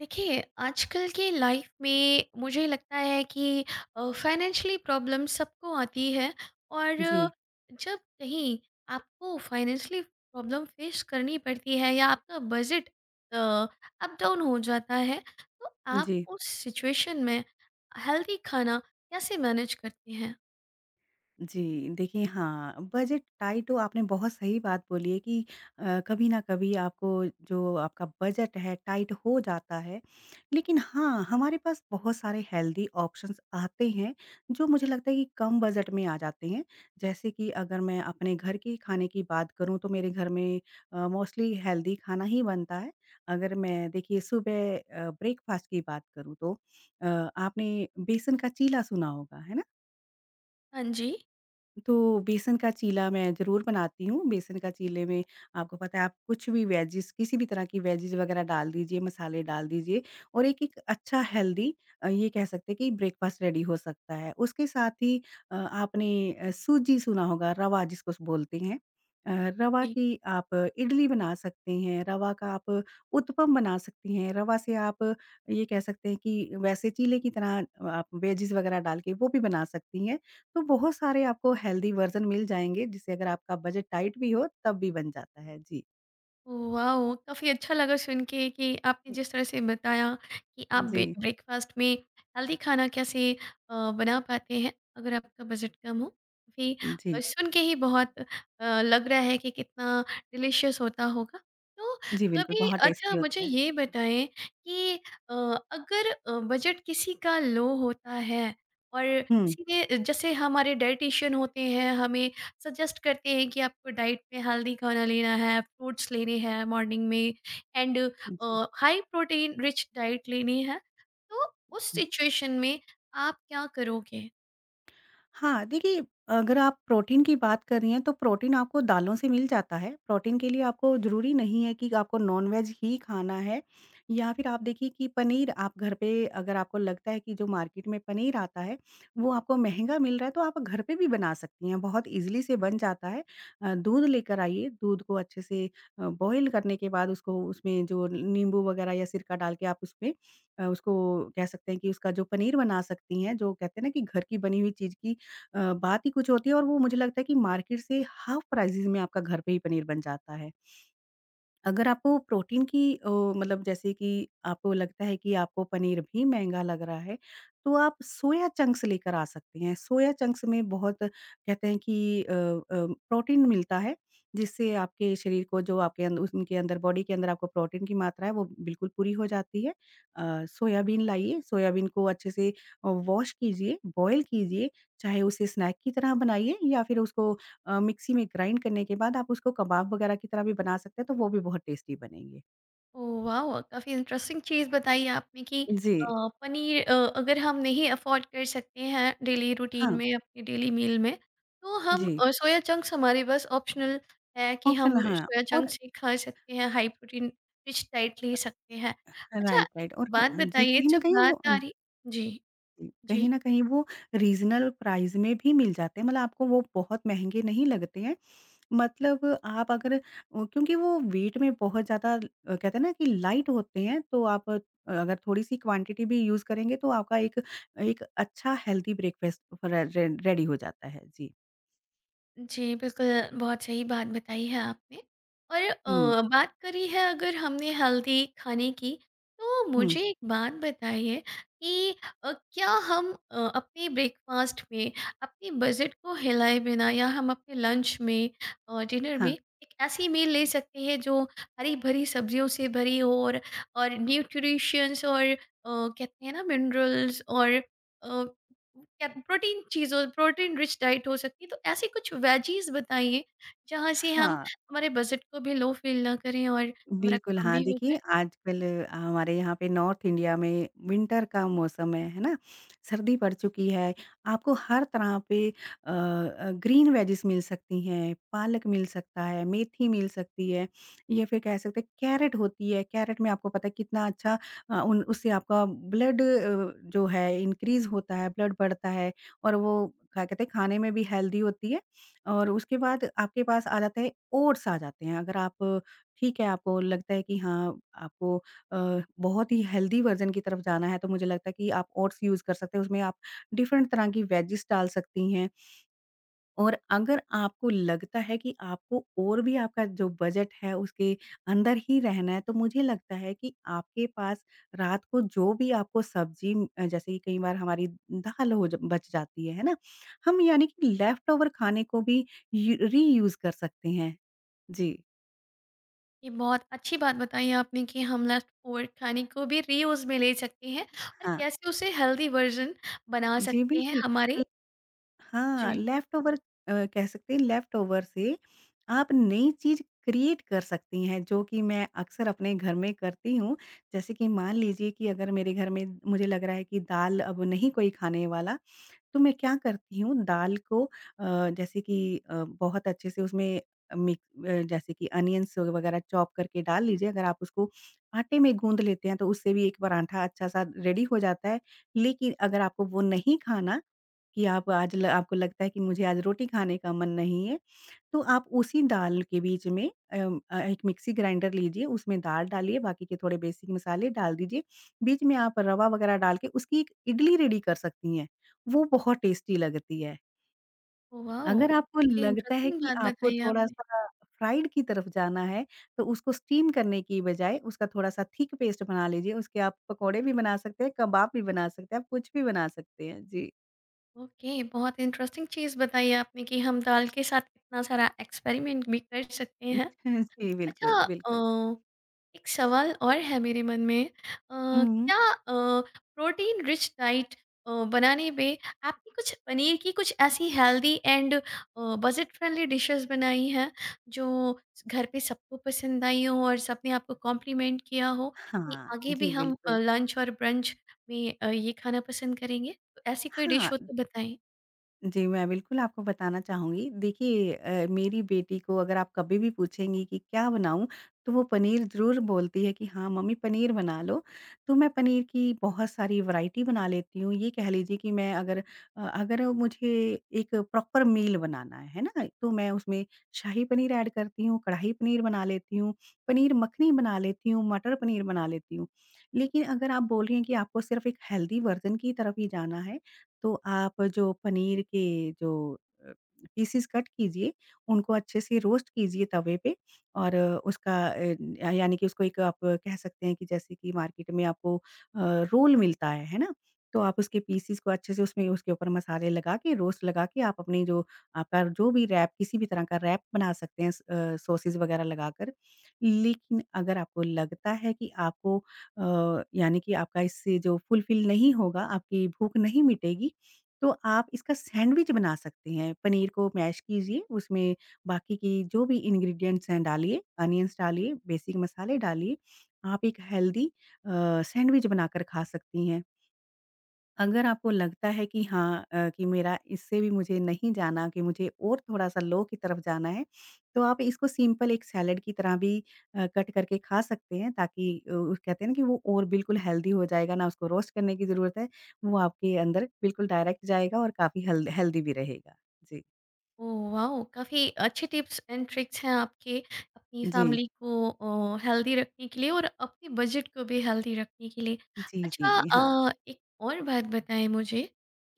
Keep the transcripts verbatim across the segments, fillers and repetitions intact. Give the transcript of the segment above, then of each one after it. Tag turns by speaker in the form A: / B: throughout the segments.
A: देखिए, आजकल की लाइफ में मुझे लगता है कि अ, फाइनेंशियली प्रॉब्लम सबको आती है और अ,
B: जी,
A: जब कहीं आपको फाइनेंशियली प्रॉब्लम फेस करनी पड़ती है या आपका बजट अ, अप डाउन हो जाता है, तो आप
B: जी,
A: उस सिचुएशन में हेल्दी खाना कैसे मैनेज करते हैं?
B: जी। देखिए हाँ, बजट टाइट हो आपने बहुत सही बात बोली है कि अ, कभी न कभी आपको जो आपका बजट है टाइट हो जाता है। लेकिन हाँ, हमारे पास बहुत सारे हेल्दी ऑप्शंस आते हैं जो मुझे लगता है कि कम बजट में आ जाते हैं। जैसे कि अगर मैं अपने घर के खाने की बात करूँ तो मेरे घर में अ, मोस्टली हेल्दी खाना ही बनता है। अगर मैं देखिए सुबह अ, ब्रेकफ़ास्ट की बात करूँ तो अ, आपने बेसन का चीला सुना होगा, है ना?
A: हाँ जी।
B: तो बेसन का चीला मैं ज़रूर बनाती हूँ। बेसन का चीले में आपको पता है आप कुछ भी वेजिज़ किसी भी तरह की वेजिज़ वग़ैरह डाल दीजिए, मसाले डाल दीजिए और एक-एक अच्छा हेल्दी अ, ये कह सकते हैं कि ब्रेकफ़ास्ट रेडी हो सकता है। उसके साथ ही अ, आपने अ, सूजी सुना होगा रवा जिसको स बोलते हैं। अ, रवा की आप इडली बना सकते हैं, रवा का आप उत्पम बना सकती हैं, रवा से आप ये कह सकते हैं कि वैसे चीले की तरह आप वेजिज़ वग़ैरह डाल के वो भी बना सकती हैं। तो बहुत सारे आपको हेल्दी वर्ज़न मिल जाएँगे जिससे अगर आपका बजट टाइट भी हो तब भी बन जाता है। जी।
A: वाओ! काफ़ी अच्छा लगा सुन के कि आपने जिस तरह से बताया कि आप बे
B: जी,
A: ब्रेकफ़ास्ट में हेल्दी खाना कैसे अ, बना पाते हैं, अगर आपका बजट कम हो। भी अ,
B: जी।
A: सुन के ही बहुत अ, लग रहा है कि कितना डिलीशियस होता होगा। तो
B: जी, बिल्कुल
A: कभी
B: बहुत टेस्टी
A: अच्छा मुझे
B: होता है।
A: ये बताएँ कि अ, अगर अ, बजट किसी का लो होता है और
B: हुँ,
A: किसी ने जैसे हमारे डायटीशियन होते हैं, हमें सजेस्ट करते हैं कि आपको डाइट में हेल्दी खाना लेना है फ्रूट्स लेने हैं मॉर्निंग में एंड
B: जी।
A: हाई प्रोटीन रिच डाइट लेनी है तो उस सिचुएशन में आप क्या करोगे।
B: हाँ, देखिए अगर आप प्रोटीन की बात कर रही हैं, तो प्रोटीन आपको दालों से मिल जाता है। प्रोटीन के लिए आपको ज़रूरी नहीं है कि आपको नॉन-वेज ही खाना है या फिर आप देखिए कि पनीर आप घर पे अगर आपको लगता है कि जो मार्केट में पनीर आता है, वो आपको महँगा मिल रहा है, तो आप घर पे भी बना सकती हैं, बहुत ईज़िली से बन जाता है। अ, दूध लेकर आइए, दूध को अच्छे से अ, बॉयल करने के बाद उसको उसमें जो नींबू वगैरह या सिरका डाल के आप उसमें अ, उसको कह सकते हैं कि उसका जो पनीर बना सकती हैं, जो कहते हैं ना कि घर की बनी हुई चीज़ की अ, बात ही कुछ होती है और वो मुझे लगता है कि मार्केट से हाफ प्राइसेज़ में आपका घर पे ही पनीर बन जाता है। अगर आपको प्रोटीन की अ, मतलब जैसे कि आपको लगता है कि आपको पनीर भी महँगा लग रहा है, तो आप सोया चंक्स लेकर आ सकते हैं। सोया चंक्स में बहुत कहते हैं कि अ अ, प्रोटीन मिलता है, जिससे आपके शरीर को जो आपके अंद उनके अंदर बॉडी के अंदर आपको प्रोटीन की मात्रा है, वो बिल्कुल पूरी हो जाती है। अ, सोयाबीन लाइए, सोयाबीन को अच्छे से अ, वॉश कीजिए, बॉयल कीजिए, चाहे उसे स्नैक की तरह बनाइए या फिर उसको अ, मिक्सी में ग्राइंड करने के बाद आप उसको कबाब वगैरह की तरह भी बना सकते हैं, तो वो भी बहुत टेस्टी बनेंगे।
A: ओह वाओ! काफ़ी इंटरेस्टिंग चीज़ बताई आपने कि
B: जी,
A: अ, पनीर अ, अगर हम नहीं अफ़ोर्ड कर सकते हैं डेली रूटीन
B: हाँ,
A: में, अपनी डेली मील में, तो हम
B: जी,
A: अ, सोया चंक्स हमारे पास ऑप्शनल है कि
B: ऑप्शनल
A: हम
B: हाँ,
A: सोया
B: और
A: चंक्स ही खा सकते हैं, हाई प्रोटीन रिच डाइट ले सकते हैं। अच्छा,
B: राइट,
A: एक
B: राइट और
A: बात
B: जी,
A: बताइए
B: कहीं न
A: जब
B: कहीं वो
A: बात
B: अ,
A: आ रही। जी,
B: कहीं
A: जी।
B: न कहीं वो रीज़नल प्राइस में भी मिल जाते हैं, मतलब आपको वो बहुत महँगे नहीं लगते हैं। मतलब आप अगर अ, क्योंकि वो वेट में बहुत ज़्यादा अ, कहते हैं ना कि लाइट होते हैं, तो आप अ, अगर थोड़ी-सी क्वांटिटी भी यूज़ करेंगे, तो आपका एक एक अच्छा हेल्दी ब्रेकफ़ास्ट रे रे रेडी हो जाता है। जी,
A: जी, बिल्कुल, बहुत सही बात बताई है आपने और
B: हुँ।
A: अ, बात करी है अगर हमने हेल्दी खाने की, तो
B: हुँ,
A: मुझे एक बात बताइए कि अ, क्या हम अ, अपने ब्रेकफ़ास्ट में अपने बजट को हिलाए बिना या हम अपने लंच में और डिनर में
B: हाँ।
A: एक ऐसी मील ले सकते हैं जो हरी-भरी सब्जियों से भरी हो और और न्यूट्रिशंस और अ, कहते हैं ना मिनरल्स और अ क्या प्रोटीन चीज़ हो प्रोटीन रिच डाइट हो सकती है, तो ऐसी कुछ वेजीज़ बताइए, जहाँ से हम
B: हाँ,
A: हमारे बजट को भी लो फ़ील ना करें और हमारा
B: बिल्कुल,
A: काम भी
B: हाँ,
A: हो जाए।
B: देखिए आजकल अ, हमारे यहाँ पे नॉर्थ इंडिया में विंटर का मौसम है, है ना? सर्दी पड़ चुकी है, आपको हर तरह पे अ अ, ग्रीन वेजिस मिल सकती हैं, पालक मिल सकता है, मेथी मिल सकती है या फिर कह सकते हैं कैरट होती है, कैरट में आपको पता है कितना अच्छा अ, उन उससे आपका ब्लड अ, जो है इंक्रीज़ होता है, ब्लड बढ़ता है और वो क्या कहते हैं खाने में भी हेल्दी होती है और उसके बाद आपके पास आ जाता है ओट्स आ जाते हैं, अगर आप ठीक है, आपको लगता है कि हाँ, आपको अ, बहुत ही हेल्दी वर्ज़न की तरफ जाना है, तो मुझे लगता है कि आप ओट्स यूज़ कर सकते हैं, उसमें आप डिफरेंट तरह की वेजिस डाल सकती हैं। और अगर आपको लगता है कि आपको और भी आपका जो बजट है, उसके अंदर ही रहना है, तो मुझे लगता है कि आपके पास रात को जो भी आपको सब्ज़ी अ, जैसे कि कई बार हमारी दाल हो ज बच जाती है, है ना? हम यानी कि लेफ्टओवर खाने को भी यू रीयूज़ कर सकते हैं। जी,
A: ये बहुत अच्छी बात बताई है आपने कि हम लेफ़्ट ओवर खाने को भी रीयूज़ में ले सकते हैं और
B: हाँ।
A: कैसे उसे हेल्दी वर्ज़न बना
B: जी,
A: सकते हैं
B: बिल्कुल।
A: हमारे।
B: हाँ,
A: जी।
B: लेफ्टओवर अ, कह सकते हैं लेफ्टओवर से आप नई चीज़ क्रिएट कर सकती हैं, जो कि मैं अक्सर अपने घर में करती हूँ। जैसे कि मान लीजिए कि अगर मेरे घर में मुझे लग रहा है कि दाल अब नहीं कोई खाने वाला, तो मैं क्या करती हूँ दाल को अ, जैसे कि अ, बहुत अच्छे से उसमें मिक अ, जैसे कि अनियंस वगैरह चॉप करके डाल लीजिए। अगर आप उसको आटे में गूँध लेते हैं, तो उससे भी एक पराठा अच्छा-सा रेडी हो जाता है। लेकिन अगर आपको वो नहीं खाना कि आप आज ल आपको लगता है कि मुझे आज रोटी खाने का मन नहीं है, तो आप उसी दाल के बीच में अम, अ, एक मिक्सी ग्राइंडर लीजिए, उसमें दाल डालिए, बाकी के थोड़े बेसिक मसाले डाल दीजिए, बीच में आप रवा वगैरह डाल के उसकी एक इडली रेडी कर सकती हैं, वो बहुत टेस्टी लगती है।
A: वाओ!
B: अगर आपको
A: काफ़ी
B: लगता है
A: इंटरेस्टिंग
B: कि
A: बात
B: आपको
A: बताई आपने।
B: थोड़ा-सा फ्राइड की तरफ जाना है, तो उसको स्टीम करने की बजाय उसका थोड़ा-सा थिक पेस्ट बना लीजिए, उसके आप पकोड़े भी बना सकते हैं, कबाब भी बना सकते हैं, आप कुछ भी बना सकते हैं। जी।
A: ओके, बहुत इंटरेस्टिंग चीज़ बताई है आपने कि हम दाल के साथ कितना सारा एक्सपेरिमेंट भी कर सकते हैं।
B: जी,
A: अच्छा
B: बिल्कुल, बिल्कुल।
A: अ एक सवाल और है मेरे मन में, अ,
B: हुँ।
A: क्या अ, प्रोटीन रिच डाइट अ, बनाने पे आपने कुछ पनीर की कुछ ऐसी healthy and budget friendly dishes बनाई हैं जो घर पे सबको पसंद आई हो और सबने आपको कॉम्प्लीमेंट किया हो कि
B: हाँ,
A: आगे भी
B: जी
A: हम
B: बिल्कुल।
A: लंच और ब्रंच में अ, ये खाना पसंद करेंगे तो ऐसी कोई डिश
B: हाँ,
A: हो तो बताएं।
B: जी, मैं बिल्कुल आपको बताना चाहूँगी। देखिए अ, मेरी बेटी को अगर आप कभी भी पूछेंगी कि क्या बनाऊँ? तो वो पनीर ज़रूर बोलती है कि हाँ, मम्मी पनीर बना लो। तो मैं पनीर की बहुत सारी वैरायटी बना लेती हूँ। ये कह लीजिए कि मैं अगर अ, अगर मुझे एक प्रॉपर मील बनाना है, है ना? तो मैं उसमें शाही पनीर ऐड करती हूँ, कढ़ाई पनीर बना लेती हूँ, पनीर मखनी बना लेती हूँ, मटर पनीर बना लेती हूँ। लेकिन अगर आप बोल रही हैं कि आपको सिर्फ़ एक हेल्दी वर्ज़न की तरफ ही जाना है तो आप जो पनीर के जो अ, पीसेस कट कीजिए, उनको अच्छे से रोस्ट कीजिए तवे पे और अ, उसका अ, या- यानी कि उसको एक आप कह सकते हैं कि जैसे कि मार्केट में आपको अ, रोल मिलता है, है ना? तो आप उसके पीसेस को अच्छे से उसमें उसके ऊपर मसाले लगा के, रोस्ट लगा के आप अपनी जो आपका जो भी रैप किसी भी तरह का रैप बना सकते हैं स अ, सॉसेस वगैरह लगाकर। लेकिन अगर आपको लगता है कि आपको अ, यानी कि आपका इससे जो फुलफिल नहीं होगा, आपकी भूख नहीं मिटेगी, तो आप इसका सैंडविच बना सकते हैं। पनीर को मैश कीजिए, उसमें बाकी की जो भी इंग्रीडिएंट्स हैं डालिए, अनियन्स डालिए, बेसिक मसाले डालिए। आप एक हेल्दी अ, सैंडविच बनाकर खा सकती हैं। अगर आपको लगता है कि हाँ अ, कि मेरा इससे भी मुझे नहीं जाना कि मुझे और थोड़ा-सा लो की तरफ जाना है, तो आप इसको सिंपल एक सैलेड की तरह भी अ, कट करके खा सकते हैं ताकि अ, उस कहते हैं ना कि वो और बिल्कुल हेल्दी हो जाएगा, ना उसको रोस्ट करने की ज़रूरत है, वो आपके अंदर बिल्कुल डायरेक्ट जाएगा और काफ़ी हेल्द हेल्दी भी रहेगा। जी।
A: Oh wow! काफ़ी अच्छे टिप्स एंड ट्रिक्स हैं आपके अपनी
B: जी।
A: फैमिली को अ, हेल्दी रखने के लिए और अपने बजट को भी हेल्दी रखने के लिए।
B: जी, जी,
A: अच्छा,
B: जी। हाँ,
A: अ, एक और बात बताएँ मुझे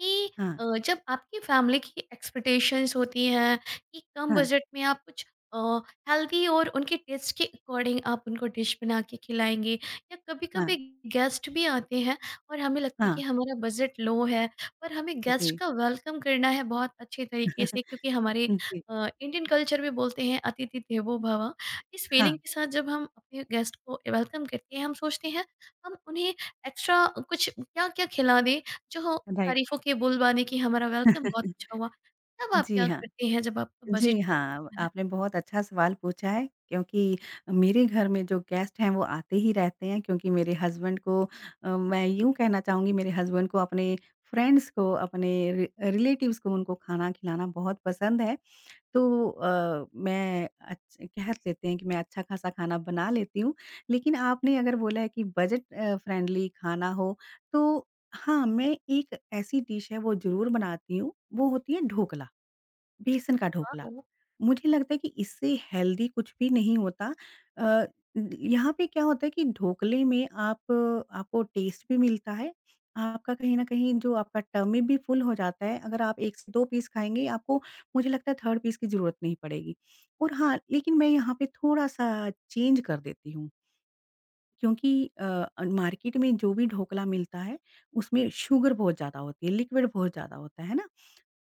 A: कि
B: हाँ,
A: अ, जब आपकी फैमिली की एक्सपेक्टेशंस होती हैं कि कम
B: हाँ,
A: बजट में आप कुछ अ, हेल्दी और उनके टेस्ट के अकॉर्डिंग आप उनको डिश बना के खिलाएँगे या
B: हाँ,
A: कभी-कभी गेस्ट भी आते हैं और हमें लगता है कि
B: हाँ।
A: हमारा बजट लो है पर हमें गेस्ट
B: जी।
A: का वेलकम करना है बहुत अच्छे तरीके से क्योंकि हमारे
B: जी।
A: अ, इंडियन कल्चर में बोलते हैं अतिथि देवो भव। इस
B: हाँ,
A: फीलिंग के साथ जब हम अपने गेस्ट को वेलकम करते हैं हम सोचते हैं हम उन्हें एक्स्ट्रा कुछ क्या क्या खिला दें जो हो
B: राइट।
A: तारीफों के बोल बाने की हमारा वेलकम बहुत अच्छा हुआ। तब आप
B: जी,
A: क्या
B: हाँ।
A: करते हैं जब आपका बजट।
B: जी हाँ, आपने बहुत अच्छा सवाल पूछा है क्योंकि मेरे घर में जो गेस्ट हैं वो आते ही रहते हैं क्योंकि मेरे हस्बैंड को अ, मैं यूँ कहना चाहूँगी मेरे हस्बैंड को अपने फ्रेंड्स को, अपने रि रिलेटिव्स को उनको खाना खिलाना बहुत पसंद है। तो अ, मैं अच्छ कह लेते हैं कि मैं अच्छा-खासा खाना बना लेती हूँ। लेकिन आपने अगर बोला है कि बजट अ, फ्रेंडली खाना हो तो हाँ, मैं एक ऐसी डिश है वो ज़रूर बनाती हूँ, वो होती है ढोकला, बेसन का ढोकला।
A: वाओ।
B: मुझे लगता है कि इससे हेल्दी कुछ भी नहीं होता। अ, यहाँ पे क्या होता है कि ढोकले में आप आपको टेस्ट भी मिलता है, आपका कहीं न कहीं जो आपका टमी भी फुल हो जाता है। अगर आप एक से दो पीस खाएँगे, आपको मुझे लगता है थर्ड पीस की ज़रूरत नहीं पड़ेगी। और हाँ, लेकिन मैं यहाँ पे थोड़ा-सा चेंज कर देती हूँ क्योंकि अ अ, मार्केट में जो भी ढोकला मिलता है, उसमें शुगर बहुत ज़्यादा होती है, लिक्विड बहुत ज़्यादा होता है, है ना?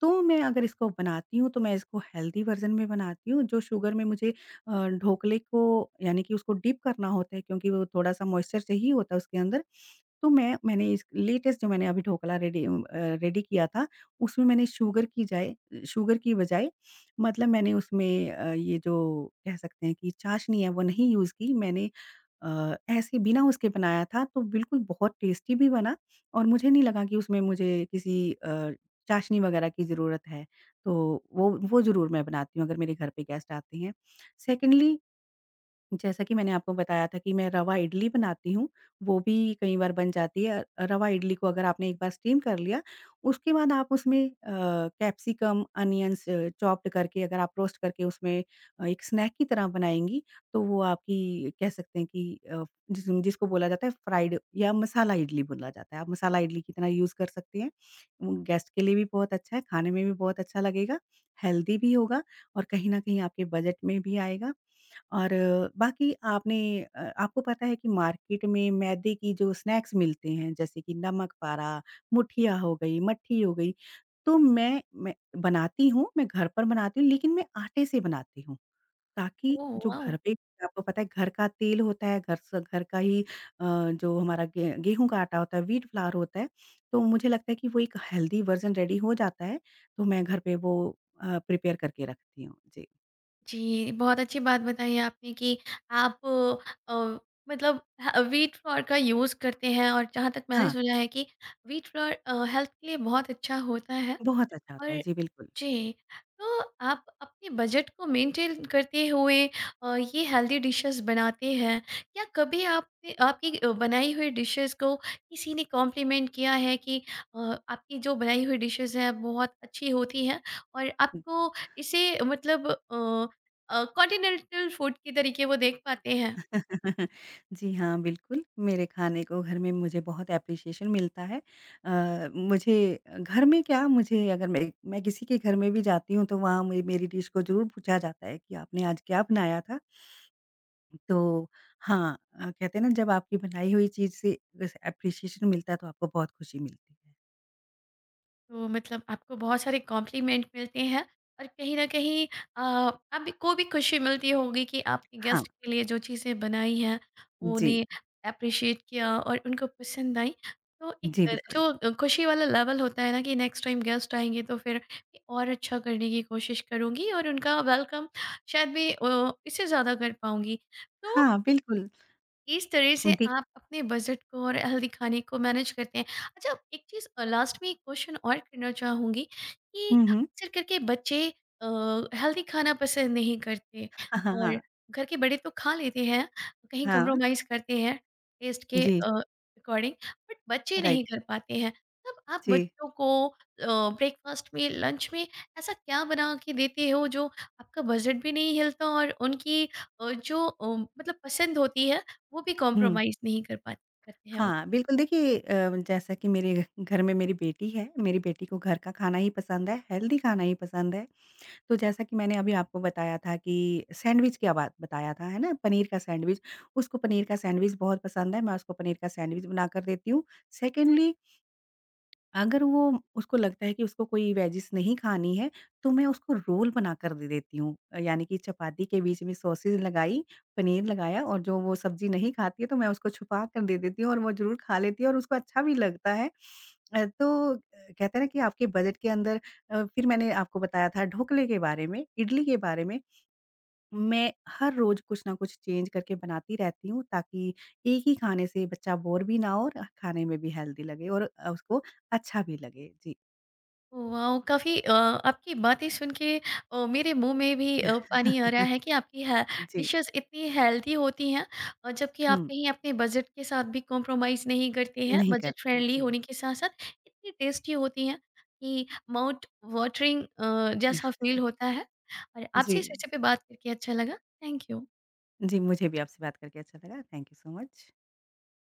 B: तो मैं अगर इसको बनाती हूँ, तो मैं इसको हेल्दी वर्ज़न में बनाती हूँ, जो शुगर में मुझे अ, ढोकले को यानी कि उसको डीप करना होता है क्योंकि वो थोड़ा-सा मॉइस्चर चाहिए होता है उसके अंदर। तो मैं मैंने इस लेटेस्ट जो मैंने अभी ढोकला रेडी अ, रेडी किया था, उसमें मैंने शुगर की जाए शुगर की बजाय मतलब मैंने उसमें अ, ये जो कह सकते हैं कि चाशनी है, वो नहीं यूज़ की। मैंने अ, ऐसे बिना उसके बनाया था, तो बिल्कुल बहुत टेस्टी भी बना और मुझे नहीं लगा कि उसमें मुझे किसी अ, चाशनी वगैरह की ज़रूरत है। तो वो वो ज़रूर मैं बनाती हूँ अगर मेरे घर पे गेस्ट आते हैं। सेकंडली, जैसा कि मैंने आपको बताया था कि मैं रवा इडली बनाती हूँ, वो भी कई बार बन जाती है। अ, रवा इडली को अगर आपने एक बार स्टीम कर लिया, उसके बाद आप उसमें अ, कैप्सिकम, अनियंस चॉप्ड करके अगर आप रोस्ट करके उसमें अ, एक स्नैक की तरह बनाएँगी, तो वो आपकी कह सकते हैं कि अ, जिस जिसको बोला जाता है फ्राइड या मसाला इडली बोला जाता है। आप मसाला इडली की तरह यूज़ कर सकती हैं। उम, गेस्ट के लिए भी बहुत अच्छा है, खाने में भी बहुत अच्छा लगेगा, हेल्दी भी होगा और कहीं न कहीं आपके बजट में भी आएगा। और अ, बाकी आपने अ, आपको पता है कि मार्केट में मैदे की जो स्नैक्स मिलते हैं जैसे कि नमक पारा, मुठिया हो गई, मट्ठी हो गई, तो मैं मैं बनाती हूँ, मैं घर पर बनाती हूँ लेकिन मैं आटे से बनाती हूँ ताकि
A: ओ
B: जो
A: वाह।
B: घर पे आपको पता है घर का तेल होता है, घर स घर का ही अ, जो हमारा गे गेहूँ का आटा होता है, व्हीट फ्लावर होता है, तो मुझे लगता है कि वो एक हेल्दी वर्ज़न रेडी हो जाता है, तो मैं घर पे वो अ, प्रिपेयर करके रखती हूँ। जी।
A: जी, बहुत अच्छी बात बताई आपने कि आप अ, मतलब ह व्हीट फ्लोर का यूज़ करते हैं और जहाँ तक मैंने
B: हाँ,
A: सुना है कि व्हीट फ्लोर अ, हेल्थ के लिए बहुत अच्छा होता है।
B: बहुत अच्छा होता है।
A: और
B: जी, बिल्कुल।
A: जी, तो आप अपने बजट को मेंटेन करते हुए अ, ये हेल्दी डिशेस बनाते हैं। क्या कभी आपने आपकी अ, बनाई हुई डिशेस को किसी ने कॉम्प्लीमेंट किया है कि अ, आपकी जो बनाई हुई डिशेस हैं बहुत अच्छी होती हैं और आपको इसे मतलब अ अ, कॉन्टिनेंटल फूड के तरीके वो देख पाते हैं?
B: जी हाँ, बिल्कुल, मेरे खाने को घर में मुझे बहुत एप्रिशिएशन मिलता है। अ, मुझे घर में क्या मुझे अगर मैं मैं किसी के घर में भी जाती हूँ तो वहाँ मे मेरी डिश को ज़रूर पूछा जाता है कि आपने आज क्या बनाया था? तो हाँ अ, कहते हैं ना जब आपकी बनाई हुई चीज़ से जैसे एप्रिशिएशन मिलता है तो आपको बहुत खुशी मिलती है।
A: तो मतलब आपको बहुत सारे कॉम्प्लीमेंट मिलते हैं और कहीं न कहीं अ, आप को भी खुशी मिलती होगी कि आपने
B: हाँ,
A: गेस्ट के लिए जो चीज़ें बनाई हैं,
B: जी।
A: उन्हें एप्रिशिएट किया और उनको पसंद आई। तो एक
B: जी,
A: अ,
B: बिल्कुल।
A: जो खुशी वाला लेवल होता है ना कि नेक्स्ट टाइम गेस्ट आएँगे तो फिर मैं और अच्छा करने की कोशिश करूँगी और उनका वेलकम शायद मैं अ, इससे ज़्यादा कर पाऊँगी। तो
B: हाँ, बिल्कुल।
A: इस तरह से
B: दि
A: आप अपने बजट को और हेल्दी खाने को मैनेज करते हैं। अच्छा, एक चीज़ अ, लास्ट में एक क्वेश्चन और करना चाहूँगी कि
B: हुँ, हुँ।
A: अक्सर करके बच्चे अ, हेल्दी खाना पसंद नहीं करते
B: हाँ, हाँ,
A: और
B: हाँ।
A: घर के बड़े तो खा लेते हैं, कहीं
B: हाँ,
A: कंप्रोमाइज़ करते हैं टेस्ट के
B: जी,
A: अ, अकॉर्डिंग, बट बच्चे
B: राइट।
A: नहीं कर पाते हैं। तब आप
B: जी,
A: बच्चों को अ, ब्रेकफ़ास्ट में, लंच में ऐसा क्या बना के देते हो जो आपका बजट भी नहीं हिलता और उनकी अ, जो अ, मतलब पसंद होती है वो भी
B: हुँ।
A: कॉम्प्रोमाइज़ नहीं कर पाते करते हैं वो।
B: हाँ, बिल्कुल देखिए। अ, जैसा कि मेरे घर में मेरी बेटी है, मेरी बेटी को घर का खाना ही पसंद है, हेल्दी खाना ही पसंद है। तो जैसा कि मैंने अभी आपको बताया था कि सैंडविच क्या बात बताया था, है ना? पनीर का सैंडविच, उसको पनीर का सैंडविच बहुत पसंद है, मैं उसको पनीर का सैंडविच बनाकर देती हूँ। सेकंडली, अगर वो उसको लगता है कि उसको कोई वेजिस नहीं खानी है, तो मैं उसको रोल बनाकर दे देती हूँ। अ, यानी कि चपाती के बीच में सॉसेज़ लगाई, पनीर लगाया और जो वो सब्ज़ी नहीं खाती है तो मैं उसको छुपा कर दे देती हूँ और वो ज़रूर खा लेती है और उसको अच्छा भी लगता है। अ, तो अ, कहते हैं ना कि आपके बजट के अंदर अ, फिर मैंने आपको बताया था ढोकले के बारे में, इडली के बारे में। मैं हर रोज़ कुछ ना कुछ चेंज करके बनाती रहती हूँ ताकि एक ही खाने से बच्चा बोर भी ना हो और खाने में भी हेल्दी लगे और अ, उसको अच्छा भी लगे। जी।
A: वाओ! काफ़ी अ, आपकी बातें सुन के अ, मेरे मुँह में भी अ, पानी आ रहा है कि आपकी है
B: जी।
A: डिशेज़ इतनी हेल्दी होती हैं और जबकि आप
B: हुँ,
A: कहीं अपने बजट के साथ भी कॉम्प्रोमाइज़ नहीं करते हैं,
B: नहीं
A: बजट
B: करते।
A: फ्रेंडली
B: जी।
A: होने के साथ-साथ इतनी टेस्टी होती हैं कि माउथ वाटरिंग अ, जैसा फ़ील होता है और आपसे
B: जी।
A: इस विषय पे बात करके अच्छा लगा। Thank you.
B: जी, मुझे भी आपसे बात करके अच्छा लगा। Thank you so much.